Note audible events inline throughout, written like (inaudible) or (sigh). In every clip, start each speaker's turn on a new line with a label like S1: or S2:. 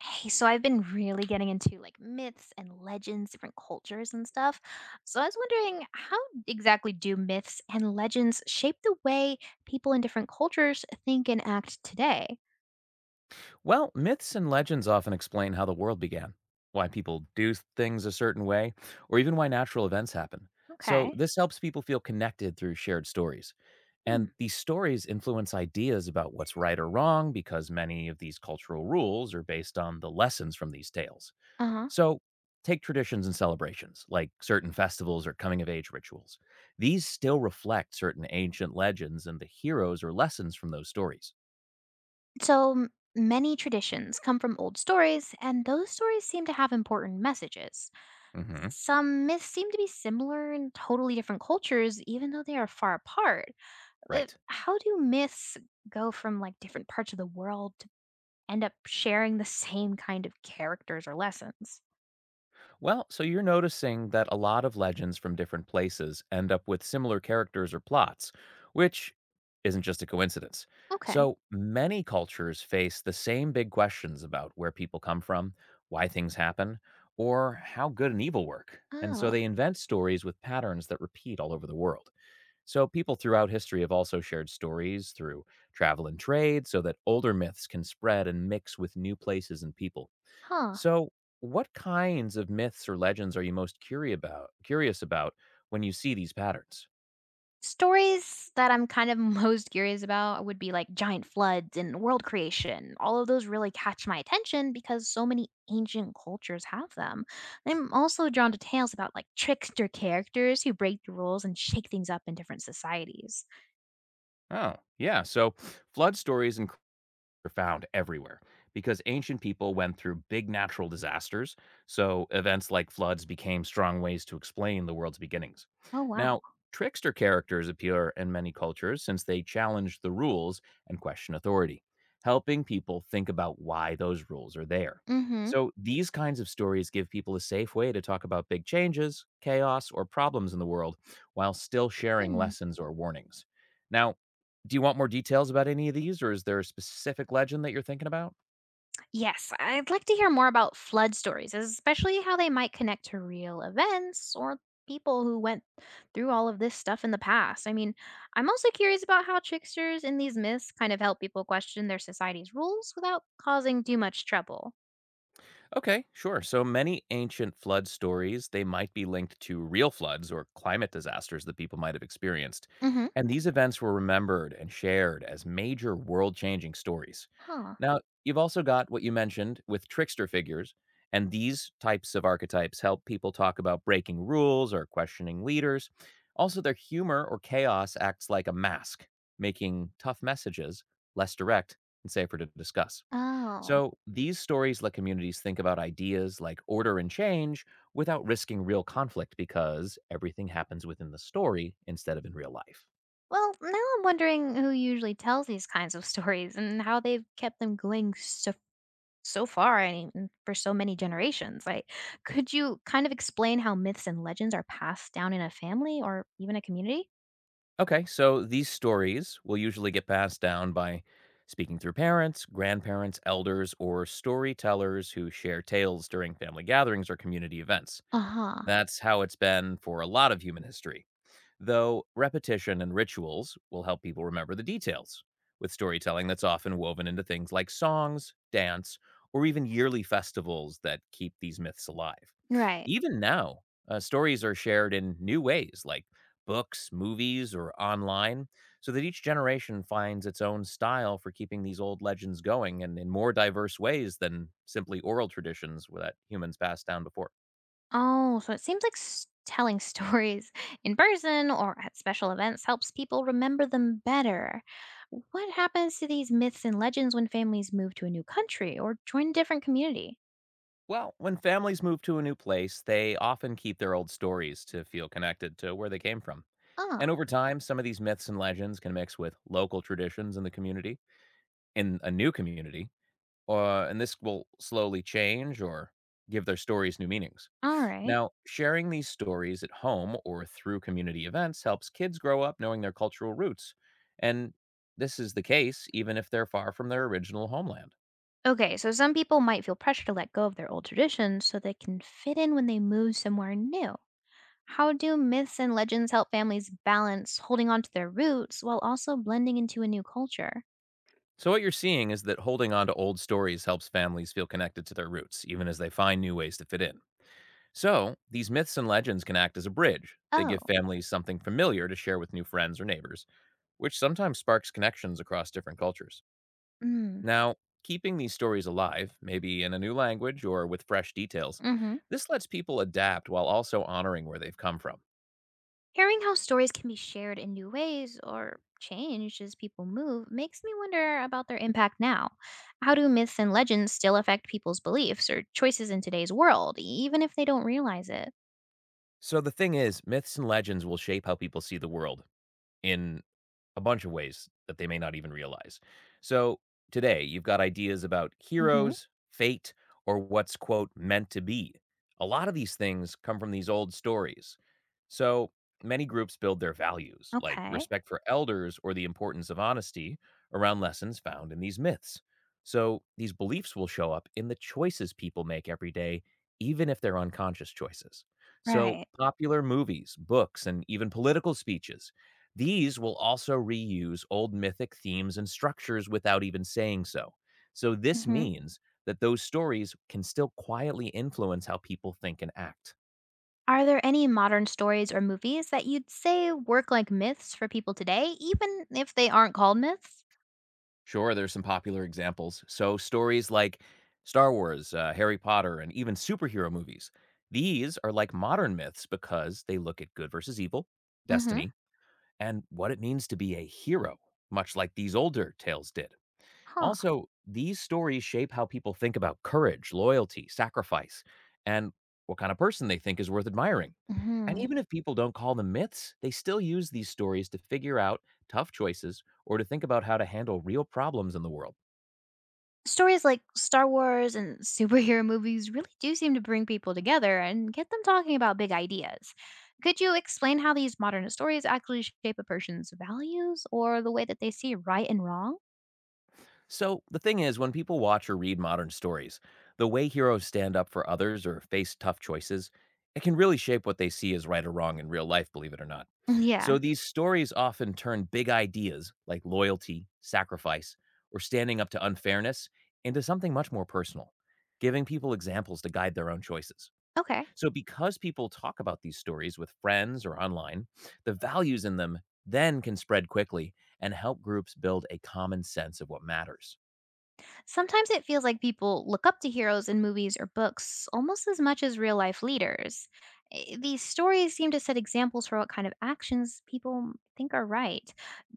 S1: Hey, so I've been really getting into like myths and legends, different cultures and stuff. So I was wondering, how exactly do myths and legends shape the way people in different cultures think and act today?
S2: Well, myths and legends often explain how the world began, why people do things a certain way, or even why natural events happen. So,
S1: Okay.
S2: this helps people feel connected through shared stories.
S1: Hmm.
S2: And these stories influence ideas about what's right or wrong because many of these cultural rules are based on the lessons from these tales.
S1: Uh huh.
S2: So, take traditions and celebrations, like certain festivals or coming of age rituals. These still reflect certain ancient legends and the heroes or lessons from those stories.
S1: So m- Many traditions come from old stories, and those stories seem to have important messages.
S2: Hmm.
S1: Some myths seem to be similar in totally different cultures, even though they are far apart.
S2: Right.
S1: How do myths go from like different parts of the world end up sharing the same kind of characters or lessons?
S2: Well, so you're noticing that a lot of legends from different places end up with similar characters or plots, which isn't just a coincidence.
S1: Okay.
S2: So many cultures face the same big questions about where people come from, why things happen, or how good and evil work. And so
S1: Oh,
S2: they invent stories with patterns that repeat all over the world. So people throughout history have also shared stories through travel and trade so that older myths can spread and mix with new places and people.
S1: huh.
S2: So, what kinds of myths or legends are you most curious about when you see these patterns?
S1: Stories that I'm kind of (laughs) most curious about would be like giant floods and world creation. All of those really catch my attention because so many ancient cultures have them. I'm also drawn to tales about like trickster characters who break the rules and shake things up in different societies.
S2: Oh, yeah. So, flood stories and are found everywhere because ancient people went through big natural disasters, so events like floods became strong ways to explain the world's beginnings.
S1: Oh, wow.
S2: Now, trickster characters appear in many cultures since they challenge the rules and question authority, helping people think about why those rules are there.
S1: Mm
S2: So, these kinds of stories give people a safe way to talk about big changes, chaos, or problems in the world while still sharing
S1: hmm.
S2: lessons or warnings. Now, do you want more details about any of these, or is there a specific legend that you're thinking about?
S1: Yes, I'd like to hear more about flood stories, especially how they might connect to real events or people who went through all of this stuff in the past. I mean, I'm also curious about how tricksters in these myths kind of help people question their society's rules without causing too much trouble.
S2: Okay, sure. So many ancient flood stories, they might be linked to real floods or climate disasters that people might have experienced.
S1: Hmm.
S2: And these events were remembered and shared as major world-changing stories.
S1: Huh.
S2: Now, you've also got what you mentioned with trickster figures, and these types of archetypes help people talk about breaking rules or questioning leaders. Also, their humor or chaos acts like a mask, making tough messages less direct and safer to discuss.
S1: Oh.
S2: So these stories let communities think about ideas like order and change without risking real conflict because everything happens within the story instead of in real life.
S1: Well, now I'm wondering who usually tells these kinds of (laughs) stories and how they've kept them going so far and even for so many generations. Like, could you kind of explain how myths and legends are passed down in a family or even a community?
S2: Okay, so these stories will usually get passed down by speaking through parents, grandparents, elders, or storytellers who share tales during family gatherings or community events.
S1: Uh huh.
S2: That's how it's been for a lot of human history. Though repetition and rituals will help people remember the details, with storytelling that's often woven into things like songs, dance, or even yearly festivals that keep these myths alive.
S1: Right.
S2: Even now, stories are shared in new ways, like books, movies, or online, so that each generation finds its own style for keeping these old legends going and in more diverse ways than simply oral traditions that humans passed down before.
S1: Oh, so it seems like s- telling stories (laughs) in person or at special events helps people remember them better. What happens to these myths and legends when families move to a new country or join a different community?
S2: Well, when families move to a new place, they often keep their old stories to feel connected to where they came from.
S1: Oh,
S2: And over time, some of these myths and legends can mix with local traditions in the community, in a new community, and this will slowly change or give their stories new meanings.
S1: all right.
S2: Now, sharing these stories at home or through community events helps kids grow up knowing their cultural roots. And this is the case even if they're far from their original homeland.
S1: Okay, so some people might feel pressure to let go of their old traditions so they can fit in when they move somewhere new. How do myths and legends help families balance holding on to their roots while also blending into a new culture?
S2: So, what you're seeing is that holding on to old stories helps families feel connected to their roots, even as they find new ways to fit in. So, these myths and legends can act as a bridge. They give
S1: Oh,
S2: families something familiar to share with new friends or neighbors, which sometimes sparks connections across different cultures.
S1: mm,
S2: Now, keeping these stories alive, maybe in a new language or with fresh details,
S1: hmm.
S2: this lets people adapt while also honoring where they've come from.
S1: Hearing how stories can be shared in new ways or changed as people move makes me wonder about their impact now. How do myths and legends still affect people's beliefs or choices in today's world, even if they don't realize it?
S2: So the thing is, myths and legends will shape how people see the world in a bunch of ways that they may not even realize. So today, you've got ideas about
S1: Hmm.
S2: heroes, fate, or what's, quote, meant to be. A lot of these things come from these old stories. So many groups build their values, like
S1: Okay,
S2: respect for elders or the importance of honesty, around lessons found in these myths. So these beliefs will show up in the choices people make every day, even if they're unconscious choices. So
S1: right.
S2: popular movies, books, and even political speeches these will also reuse old mythic themes and structures without even saying so. So, this
S1: Hmm.
S2: means that those stories can still quietly influence how people think and act.
S1: Are there any modern stories or movies that you'd say work like myths for people today, even if they aren't called myths?
S2: Sure, there's some popular examples. So, stories like Star Wars, Harry Potter, and even superhero movies. These are like modern myths because they look at good versus evil,
S1: Mm-hmm.
S2: destiny, and what it means to be a hero, much like these older tales did.
S1: Huh.
S2: Also, these stories shape how people think about courage, loyalty, sacrifice, and what kind of person they think is worth admiring. And
S1: Hmm.
S2: even if people don't call them myths, they still use these stories to figure out tough choices or to think about how to handle real problems in the world.
S1: Stories like Star Wars and (laughs) superhero movies really do seem to bring people together and get them talking about big ideas. Could you explain how these modern stories actually shape a person's values or the way that they see right and wrong?
S2: So, the thing is, when people watch or read modern stories, the way heroes stand up for others or face tough choices, it can really shape what they see as right or wrong in real life, believe it or not.
S1: Yeah.
S2: So, these stories often turn big ideas like loyalty, sacrifice, or standing up to unfairness into something much more personal, giving people examples to guide their own choices.
S1: Okay.
S2: So, because people talk about these stories with friends or online, the values in them then can spread quickly and help groups build a common sense of what matters.
S1: Sometimes it feels like people look up to heroes in movies or books almost as much as real life leaders. These stories seem to set examples for what kind of actions people think are right.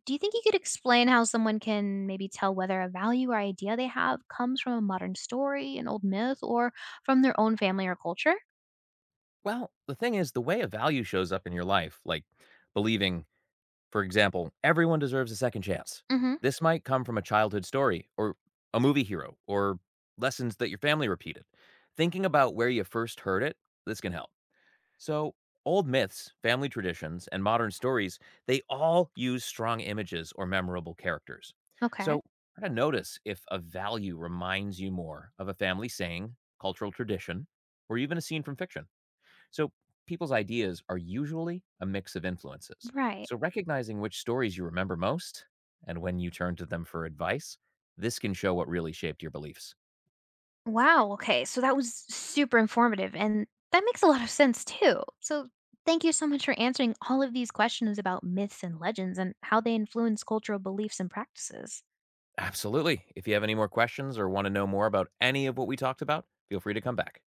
S1: Do you think you could explain how someone can maybe tell whether a value or idea they have comes from a modern story, an old myth, or from their own family or culture?
S2: Well, the thing is, the way a value shows up in your life, like believing, for example, everyone deserves a second chance,
S1: Mm hmm.
S2: this might come from a childhood story or a movie hero or lessons that your family repeated. Thinking about where you first heard it, this can help. So, old myths, family traditions, and modern stories, they all use strong images or memorable characters.
S1: Okay.
S2: So, try to notice if a value reminds you more of a family saying, cultural tradition, or even a scene from fiction. So, people's ideas are usually a mix of influences.
S1: Right.
S2: So, recognizing which stories you remember most and when you turn to them for advice, this can show what really shaped your beliefs.
S1: Wow, okay. So that was super informative and that makes a lot of sense too. So thank you so much for answering all of these questions about myths and legends and how they influence cultural beliefs and practices.
S2: Absolutely. If you have any more questions or want to know more about any of what we talked about, feel free to come back.